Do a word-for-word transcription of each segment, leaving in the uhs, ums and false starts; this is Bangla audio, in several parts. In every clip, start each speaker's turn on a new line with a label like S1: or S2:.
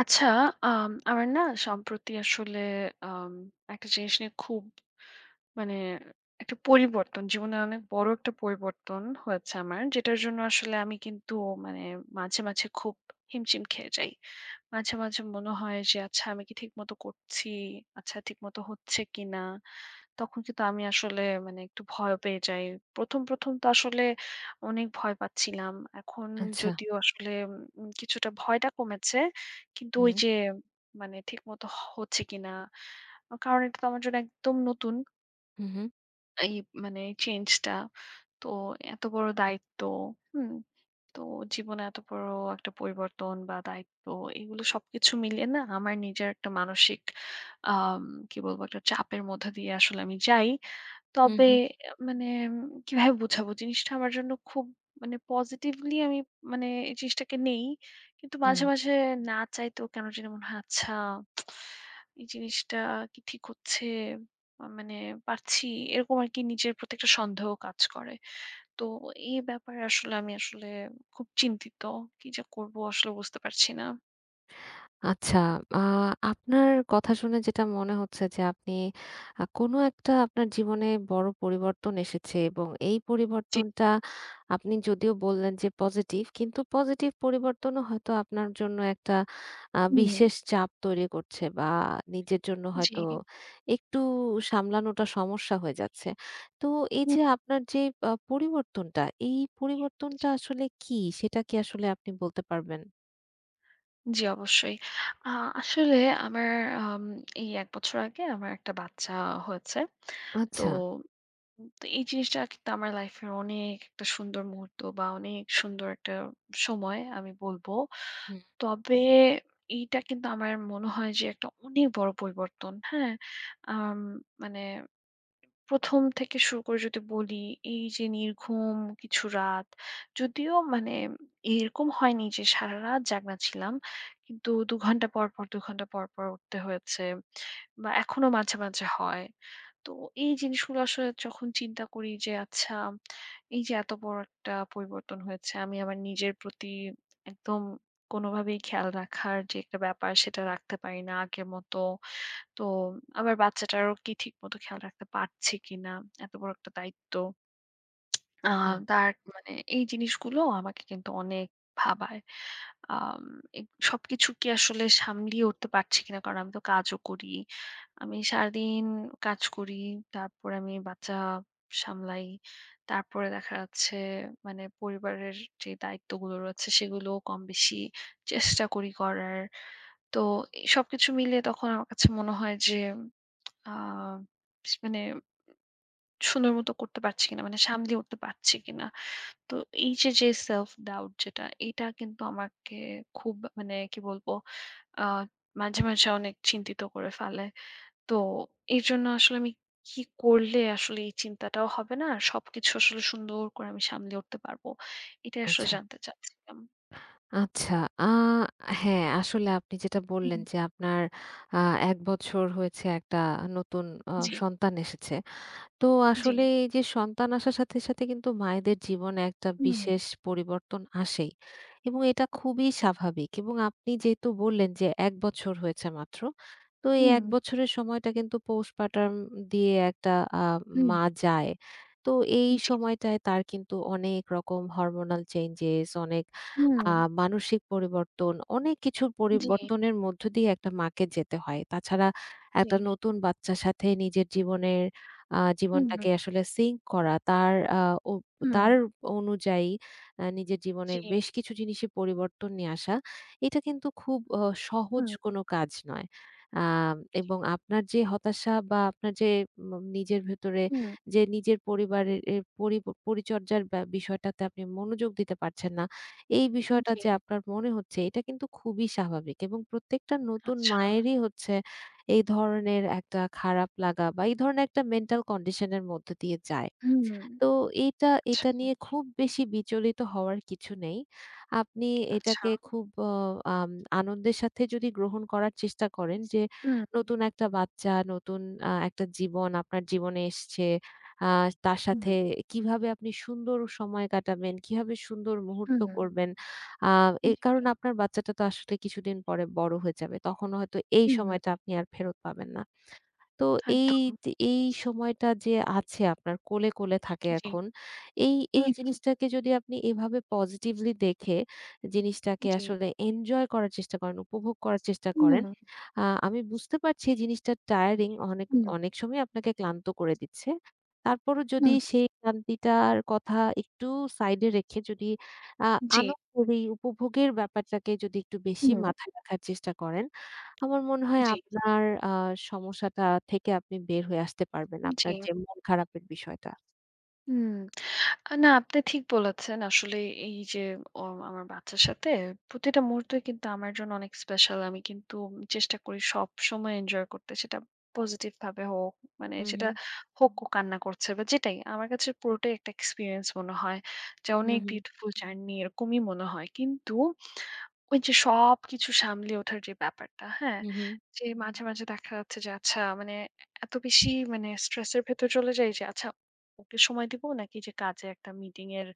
S1: আচ্ছা, আম আমার না সম্প্রতি আসলে আম একটা জিনিস নিয়ে খুব মানে একটা পরিবর্তন, জীবনে অনেক বড় একটা পরিবর্তন হয়েছে আমার। যেটার জন্য আসলে আমি কিন্তু মানে মাঝে, মাঝে খুব হিমশিম খেয়ে যাই। মাঝে, মাঝে মনে হয় যে আচ্ছা আমি কি ঠিকমতো করছি? আচ্ছা ঠিকমতো হচ্ছে কিনা? তখন কিন্তু আমি আসলে মানে একটু ভয় পেয়ে যাই। ১ম, ১ম তো আসলে অনেক ভয় পাচ্ছিলাম। এখন
S2: আচ্ছা।
S1: যদিও আসলে উম কিছুটা ভয়টা কমেছে। কিন্তু ওই
S2: হুম,
S1: যে মানে ঠিকমতো হ হচ্ছে কিনা। কারণ এটা তো আমার জন্য একদম নতুন
S2: হু, হু,
S1: এই মানে চেঞ্জটা। তো এত বড় দায়িত্ব, হুম? তো জীবনে এত বড় একটা পরিবর্তন বা দায়িত্ব এগুলো সবকিছু মিলিয়ে না আমার নিজের একটা মানসিক আম কি বলবো একটা চাপের মধ্যে দিয়ে আসলে আমি যাই।
S2: হু,
S1: তবে
S2: হু,
S1: আ মানে উম কিভাবে বুঝাবো? জিনিসটা আমার জন্য খুব মানে পজিটিভলি আমি মানে এই জিনিসটাকে নেই। কিন্তু
S2: হু।
S1: মাঝে, মাঝে না চাইতেও কেন জানি মনে হয় আচ্ছা এই জিনিসটা কি ঠিক হচ্ছে? আ মানে পারছি এরকম আরকি নিজের প্রতি একটা সন্দেহ কাজ করে। তো এই ব্যাপারে আসলে আমি আসলে খুব চিন্তিত। কি যে করব আসলে বুঝতে পারছি না।
S2: আচ্ছা, আ আপনার কথা শুনে যেটা মনে হচ্ছে যে আপনি আ কোনো একটা আপনার জীবনে বড় পরিবর্তন এসেছে এবং এই
S1: জি।
S2: পরিবর্তনটা আপনি যদিও বললেন যে পজিটিভ, কিন্তু পজিটিভ পরিবর্তনও হয়তো আপনার জন্য একটা আ
S1: হুম।
S2: বিশেষ চাপ তৈরি করছে বা নিজের জন্য
S1: জি।
S2: হয়তো একটু সামলানোটা সমস্যা হয়ে যাচ্ছে। তো এই
S1: হুম।
S2: যে আপনার যে আ পরিবর্তনটা, এই পরিবর্তনটা
S1: জি।
S2: আসলে কী? সেটা কি আসলে আপনি বলতে পারবেন?
S1: জি, অবশ্যই। আ আসলে আমার আম এই এক বছর আগে আমার একটা বাচ্চা হয়েছে। তো
S2: আচ্ছা।
S1: তো এই জিনিসটা কিন্তু আমার লাইফের অনেক একটা সুন্দর মুহূর্ত বা অনেক সুন্দর একটা সময় আমি বলব।
S2: হুম,
S1: তবে এইটা কিন্তু আমার মনে হয় যে একটা অনেক বড় পরিবর্তন, হ্যাঁ? আম মানে প্রথম থেকে শুরু করে যদি বলি, এই যে নির্ঘুম কিছু রাত, যদিও মানে এরকম হয়নি যে সারারাত জাগনা ছিলাম। কিন্তু দুই ঘন্টা পর, পর দুই ঘন্টা পর, পর উঠতে হয়েছে বা এখনো মাঝে, মাঝে হয়। তো এই জিনিসগুলো আসলে যখন চিন্তা করি যে আচ্ছা, এই যে এত বড় একটা পরিবর্তন হয়েছে, আমি আমার নিজের প্রতি একদম কোনোভাবেই খেয়াল রাখার যে একটা ব্যাপার সেটা রাখতে পারি না আগের মতো। তো আমার বাচ্চাটারও কি ঠিকমতো খেয়াল রাখতে পারছি কিনা, এত বড় একটা দায়িত্ব। আ
S2: হুম।
S1: তার মানে এই জিনিসগুলো আমাকে কিন্তু অনেক ভাবায়। আম এ সবকিছু কি আসলে সামলিয়ে উঠতে পারছি কিনা? কারণ আমি তো কাজও করি। আমি সারাদিন কাজ করি। তারপরে আমি বাচ্চা সামলাই। তারপরে দেখা যাচ্ছে মানে পরিবারের যে দায়িত্বগুলো রয়েছে সেগুলোও কম বেশি চেষ্টা করি করার। তো এ সবকিছু মিলিয়ে তখন আমার কাছে মনে হয় যে আ স মানে সুন্দর মতো করতে পারছি কিনা, মানে সামলিয়ে উঠতে পারছি কিনা। তো এই যে, যে self doubt যেটা, এটা কিন্তু আমাকে খুব মানে কি বলবো, আ মাঝে, মাঝে অনেক চিন্তিত করে ফেলে। তো এজন্য আসলে আমি কি করলে আসলে এই চিন্তাটাও হবে না, আর সবকিছু আসলে সুন্দর করে আমি সামলে উঠতে পারবো। এটাই আসলে
S2: আচ্ছা,
S1: জানতে চাচ্ছিলাম।
S2: আচ্ছা। আ হ্যাঁ, আসলে আপনি যেটা
S1: হুম,
S2: বললেন
S1: হুম।
S2: যে আপনার আ এক বছর হয়েছে একটা নতুন আ
S1: জি,
S2: সন্তান এসেছে। তো
S1: জি।
S2: আসলে এই যে সন্তান আসার সাথে, সাথে কিন্তু মায়েদের জীবনে একটা
S1: হুম,
S2: বিশেষ পরিবর্তন আসেই এবং এটা খুবই স্বাভাবিক এবং আপনি যেহেতু বললেন যে এক বছর হয়েছে মাত্র। তো এই
S1: হুম,
S2: এক বছরের সময়টা কিন্তু postpartum দিয়ে একটা আ
S1: হুম।
S2: মা যায়। তো এই
S1: জি।
S2: সময়টায় তার কিন্তু অনেক রকম হরমোনাল চেঞ্জেস, অনেক
S1: হুম,
S2: আ
S1: হুম।
S2: মানসিক পরিবর্তন, অনেক কিছুর
S1: জি,
S2: পরিবর্তনের মধ্য দিয়ে একটা মাকে যেতে হয়। তাছাড়া
S1: জি।
S2: একটা নতুন বাচ্চার সাথে নিজের জীবনের আ
S1: হুম,
S2: জীবনটাকে আসলে সিঙ্ক করা তার আ ও
S1: হুম।
S2: তার অনুযায়ী আ নিজের
S1: জি।
S2: জীবনের বেশ কিছু জিনিসে পরিবর্তন নিয়ে আসা, এটা কিন্তু খুব অ সহজ
S1: হুম।
S2: কোনো কাজ নয়। আ এবং আপনার যে হতাশা বা আপনার যে ম নিজের ভেতরে
S1: হুম,
S2: যে নিজের পরিবারের এ পরি পরিচর্যার ব্যা বিষয়টাতে আপনি মনোযোগ দিতে পারছেন না, এই বিষয়টা
S1: জি।
S2: যে আপনার মনে হচ্ছে এটা কিন্তু খুবই স্বাভাবিক এবং প্রত্যেকটা নতুন
S1: আচ্ছা।
S2: মায়েরই হচ্ছে এই ধরনের একটা খারাপ লাগা বা এই ধরনের একটা মেন্টাল কন্ডিশন এর মধ্য দিয়ে যায়।
S1: হুম,
S2: তো এইটা
S1: আচ্ছা,
S2: এটা নিয়ে খুব বেশি বিচলিত হওয়ার কিছু নেই। আপনি
S1: আচ্ছা।
S2: এটাকে খুব অ আম আনন্দের সাথে যদি গ্রহণ করার চেষ্টা করেন যে
S1: হুম,
S2: নতুন একটা বাচ্চা, নতুন আ একটা জীবন আপনার জীবনে এসছে। আ তার
S1: হুম,
S2: সাথে কিভাবে আপনি সুন্দর সময় কাটাবেন, কিভাবে সুন্দর মুহূর্ত
S1: হুম,
S2: করবেন। আ এ
S1: জি,
S2: কারণ আপনার বাচ্চাটা তো আসলে কিছুদিন পরে বড় হয়ে যাবে। তখন হয়তো এই
S1: হুম।
S2: সময়টা আপনি আর ফেরত পাবেন না। তো এই
S1: একদম।
S2: যে এই সময়টা যে আছে আপনার কোলে, কোলে থাকে
S1: জি।
S2: এখন। এই, এই
S1: হুম,
S2: জি। জিনিসটাকে যদি আপনি এভাবে পজিটিভলি দেখে জিনিসটাকে
S1: জি।
S2: আসলে এনজয় করার চেষ্টা করেন, উপভোগ করার চেষ্টা
S1: হুম,
S2: করেন। আ আমি বুঝতে পারছি এই জিনিসটা টায়ারিং অনেক,
S1: হুম,
S2: অনেক সময় আপনাকে ক্লান্ত করে দিচ্ছে। তারপরও যদি
S1: হুম,
S2: সেই ক্লান্তিটার কথা একটু সাইডে রেখে যদি আ
S1: জি।
S2: আনন্দের এই উপভোগের ব্যাপারটাকে যদি একটু বেশি
S1: হুম,
S2: মাথায় রাখার চেষ্টা করেন আমার মনে হয়
S1: জি।
S2: আপনার আ সমস্যাটা থেকে আপনি বের হয়ে আসতে পারবেন।
S1: জি,
S2: আপনার যে মন খারাপের বিষয়টা।
S1: হুম। আ না, আপনি ঠিক বলেছেন। আসলে এই যে অ আমার বাচ্চার সাথে প্রতিটা মুহূর্তই কিন্তু আমার জন্য অনেক স্পেশাল। আমি কিন্তু চেষ্টা করি সবসময় এনজয় করতে। সেটা পজিটিভ ভাবে হোক, মানে
S2: হু, হু,
S1: সেটা হোক ও কান্না করছে বা যেটাই। আমার কাছে পুরোটাই একটা এক্সপেরিয়েন্স মনে হয়। যে
S2: হু,
S1: অনেক
S2: হু,
S1: বিউটিফুল জার্নি এরকমই মনে হয়। কিন্তু ওই যে সবকিছু সামলে ওঠার যে ব্যাপারটা, হ্যাঁ?
S2: হু, হু,
S1: যে মাঝে, মাঝে দেখা যাচ্ছে যে আচ্ছা মানে এত বেশি মানে স্ট্রেস এর ভেতর চলে যাই যে আচ্ছা ওকে সময় দিব নাকি যে কাজে একটা মিটিং এর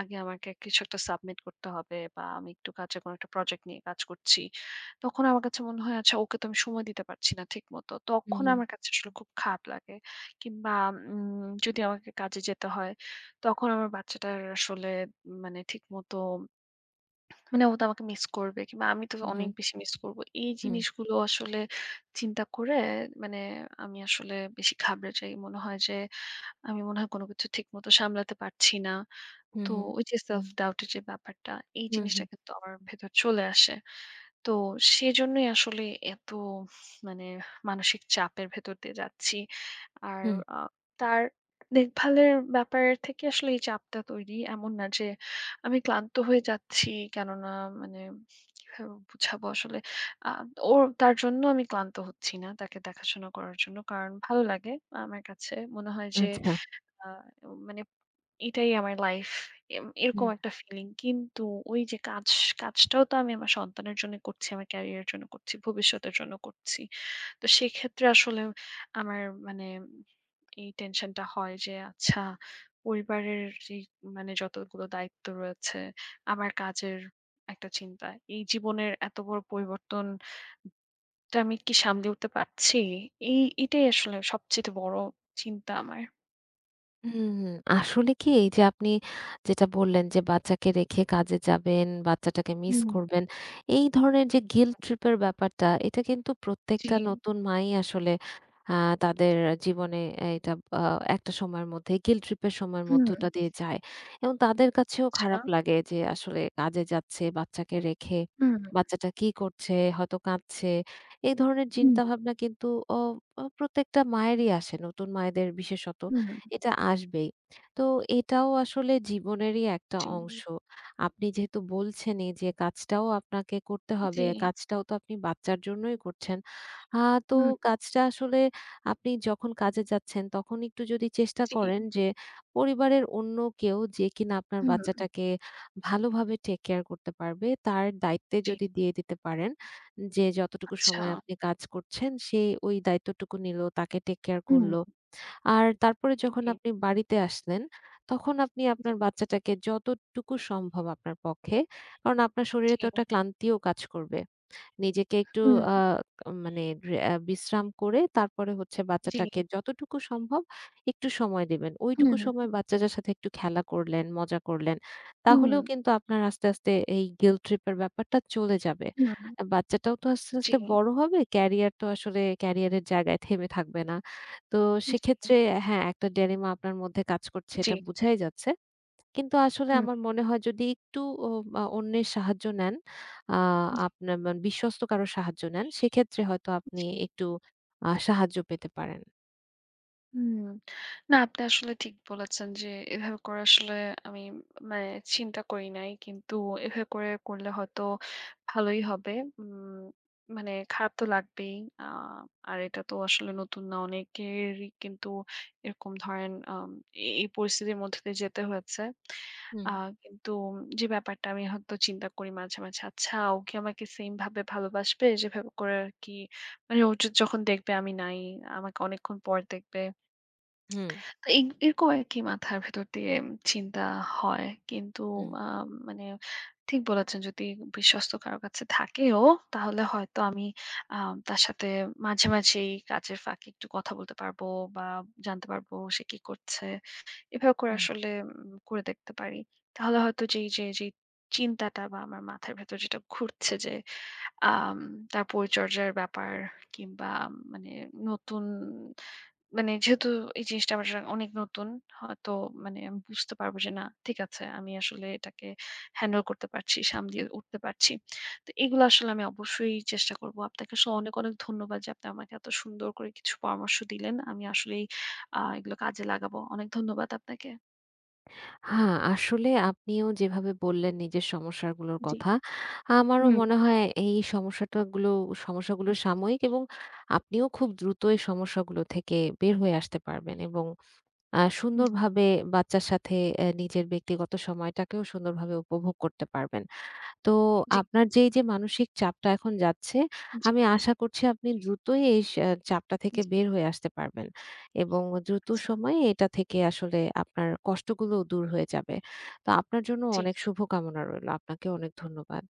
S1: আগে আমাকে কিছু একটা সাবমিট করতে হবে বা আমি একটু কাজে কোনো একটা প্রজেক্ট নিয়ে কাজ করছি তখন আমার কাছে মনে হয় আচ্ছা ওকে তো আমি সময় দিতে পারছি না ঠিক মতো
S2: হু,
S1: তখন
S2: হু,
S1: আমার কাছে আসলে খুব খারাপ লাগে কিংবা উম, যদি আমাকে কাজে যেতে হয় তখন আমার বাচ্চাটার আসলে মানে ঠিক মতো মানে ও তো আমাকে মিস করবে কিংবা আমি তো
S2: হু,
S1: অনেক বেশি মিস করব। এই
S2: হু,
S1: জিনিসগুলো আসলে চিন্তা করে মানে আমি আসলে বেশি ঘাবড়ে যাই। মনে হয় যে আমি মনে হয় কোনো কিছু ঠিকমতো সামলাতে পারছি না। তো
S2: হু,
S1: ওই যে self doubt এর যে ব্যাপারটা এই
S2: হু, হু,
S1: জিনিসটা কিন্তু আমার ভেতর চলে আসে। তো সেজন্যই আসলে এত মানে মানসিক চাপের ভেতর দিয়ে যাচ্ছি। আর
S2: হু,
S1: আ তার দেখভালের ব্যাপার থেকে আসলে এই চাপটা তৈরি। এমন না যে আমি ক্লান্ত হয়ে যাচ্ছি কেননা মানে কিভাবে বুঝাবো আসলে। আ ওর তার জন্য আমি ক্লান্ত হচ্ছি না তাকে দেখাশোনা করার জন্য। কারণ ভালো লাগে আমার কাছে। মনে হয় যে
S2: আচ্ছা।
S1: আ মানে এটাই আমার লাইফ। এম
S2: হু।
S1: এরকম একটা ফিলিং। কিন্তু ওই যে কাজ, কাজটাও তো আমি আমার সন্তানের জন্য করছি, আমার ক্যারিয়ারের জন্য করছি, ভবিষ্যতের জন্য করছি। তো সেক্ষেত্রে আসলে আমার মানে এই টেনশনটা হয় যে আচ্ছা পরিবারের যেই মানে যতগুলো দায়িত্ব রয়েছে, আমার কাজের একটা চিন্তা। এই জীবনের এত বড় পরিবর্তনটা আমি কি সামলে উঠতে পারছি? এই এটাই আসলে সবচেয়ে বড় চিন্তা আমার।
S2: হুম, আসলে কি এই যে আপনি যেটা বললেন যে বাচ্চাকে রেখে কাজে যাবেন, বাচ্চাটাকে মিস
S1: হুম।
S2: করবেন। এই ধরনের যে গিল্ট ট্রিপ এর ব্যাপারটা এটা কিন্তু
S1: জি।
S2: প্রত্যেকটা নতুন মাই আসলে আ তাদের জীবনে এটা আ একটা সময়ের মধ্যে গিল্ট ট্রিপ এর সময়ের মধ্যটা
S1: হুম।
S2: দিয়ে যায়। এবং তাদের কাছেও
S1: আচ্ছা।
S2: খারাপ লাগে যে আসলে কাজে যাচ্ছে বাচ্চাকে রেখে।
S1: হুম,
S2: বাচ্চাটা কি করছে? হয়তো কাঁদছে। এই ধরনের
S1: হুম,
S2: চিন্তাভাবনা কিন্তু অ অ প্রত্যেকটা মায়েরই আসে। নতুন মায়েদের বিশেষত
S1: হুম।
S2: এটা আসবেই। তো এটাও আসলে জীবনেরই একটা
S1: জি,
S2: অংশ। আপনি যেহেতু বলছেনই যে কাজটাও আপনাকে করতে
S1: জি,
S2: হবে, কাজটাও তো আপনি বাচ্চার জন্যই করছেন। আ তো
S1: হুম,
S2: কাজটা আসলে আপনি যখন কাজে যাচ্ছেন তখন একটু যদি চেষ্টা
S1: জি,
S2: করেন যে পরিবারের অন্য কেউ যে কিনা আপনার
S1: হুম।
S2: বাচ্চাটাকে ভালোভাবে টেক কেয়ার করতে পারবে, তার দায়িত্বে
S1: জি।
S2: যদি দিয়ে দিতে পারেন যে যতটুকু
S1: আচ্ছা।
S2: সময় আপনি কাজ করছেন সে ওই দায়িত্বটুকু নিলো, তাকে টেক কেয়ার
S1: হুম।
S2: করলো। আর তারপরে যখন
S1: জি,
S2: আপনি বাড়িতে আসলেন, তখন আপনি
S1: জি,
S2: আপনার বাচ্চাটাকে যতটুকু সম্ভব আপনার পক্ষে, কারণ আপনার শরীরে তো
S1: জি।
S2: একটা ক্লান্তিও কাজ করবে। নিজেকে একটু
S1: হুম,
S2: আ মানে রে আ বিশ্রাম করে তারপরে হচ্ছে
S1: জি।
S2: বাচ্চাটাকে যতটুকু সম্ভব একটু সময় দিবেন।
S1: হুম,
S2: ওইটুকু সময় বাচ্চাটার সাথে একটু খেলা করলেন, মজা করলেন।
S1: হুম,
S2: তাহলেও কিন্তু আপনার আস্তে, আস্তে এই guilt trip এর ব্যাপারটা চলে যাবে। আ
S1: হুম।
S2: বাচ্চাটাও তো আস্তে,
S1: জি,
S2: আস্তে বড় হবে। ক্যারিয়ার তো আসলে ক্যারিয়ারের জায়গায় থেমে থাকবে না। তো
S1: জি,
S2: সেক্ষেত্রে হ্যাঁ, একটা dilemma আপনার মধ্যে কাজ করছে
S1: জি,
S2: এটা বুঝাই যাচ্ছে। কিন্তু আসলে
S1: হুম।
S2: আমার মনে হয় যদি একটু ও আ অন্যের সাহায্য নেন, আ
S1: জি।
S2: আপনার মান বিশ্বস্ত কারো সাহায্য নেন, সেক্ষেত্রে হয়তো আপনি
S1: জি।
S2: একটু আ সাহায্য পেতে পারেন।
S1: হুম। না আপনি আসলে ঠিক বলেছেন যে এভাবে করে আসলে আমি মানে চিন্তা করি নাই। কিন্তু এভাবে করে করলে হয়তো ভালোই হবে। উম মানে খারাপ তো লাগবেই। আ আর এটা তো আসলে নতুন না। অনেকেরই কিন্তু এরকম ধরেন আম এ এই পরিস্থিতির মধ্যে দিয়ে যেতে হয়েছে।
S2: হুম,
S1: আ কিন্তু যে ব্যাপারটা আমি হয়তো চিন্তা করি মাঝে, মাঝে আচ্ছা ও কি আমাকে সেম ভাবে ভালোবাসবে যেভাবে করে আরকি মানে ও য যখন দেখবে আমি নাই, আমাকে অনেকক্ষণ পর দেখবে।
S2: হুম।
S1: তো এই এরকম আরকি মাথার ভেতর দিয়ে চিন্তা হয়। কিন্তু
S2: হুম,
S1: আ মানে ঠিক বলেছেন যদি বিশ্বস্ত কারো কাছে থাকেও তাহলে হয়তো আমি আ তার সাথে মাঝে, মাঝেই কাজের ফাঁকে একটু কথা বলতে পারবো বা জানতে পারবো সে কি করছে। এভাবে করে
S2: হুম।
S1: আসলে উম করে দেখতে পারি। তাহলে হয়তো যেই যে যেই চিন্তাটা বা আমার মাথার ভেতর যেটা ঘুরছে যে আম তার পরিচর্যার ব্যাপার কিংবা মানে নতুন মানে যেহেতু এই জিনিসটা আমার জন্য অনেক নতুন, হয়তো মানে আমি বুঝতে পারব যে না ঠিক আছে আমি আসলে এটাকে হ্যান্ডেল করতে পারছি, সামলিয়ে উঠতে পারছি। তো এগুলো আসলে আমি অবশ্যই চেষ্টা করব। আপনাকে আসলে অনেক, অনেক ধন্যবাদ যে আপনি আমাকে এত সুন্দর করে কিছু পরামর্শ দিলেন। আমি আসলেই আ এগুলো কাজে লাগাবো। অনেক ধন্যবাদ আপনাকে।
S2: হ্যাঁ, আসলে আপনিও যেভাবে বললেন নিজের সমস্যাগুলোর
S1: জি।
S2: কথা, আমারও
S1: হুম।
S2: মনে হয় এই সমস্যাটা গুলো সমস্যাগুলো
S1: জি,
S2: সাময়িক এবং আপনিও খুব দ্রুত এই সমস্যাগুলো থেকে বের হয়ে আসতে পারবেন এবং আ সুন্দরভাবে বাচ্চার সাথে অ্যা নিজের ব্যক্তিগত সময়টাকেও সুন্দরভাবে উপভোগ করতে পারবেন। তো
S1: জি,
S2: আপনার যে এই যে মানসিক চাপটা এখন যাচ্ছে,
S1: জি,
S2: আমি আশা করছি আপনি দ্রুতই এই স আহ, চাপটা থেকে
S1: জি, জি।
S2: বের হয়ে আসতে পারবেন এবং দ্রুত
S1: আচ্ছা,
S2: সময়ে এটা থেকে আসলে আপনার কষ্টগুলোও দূর হয়ে যাবে। তো আপনার জন্য
S1: জি।
S2: অনেক শুভকামনা রইলো। আপনাকেও অনেক ধন্যবাদ।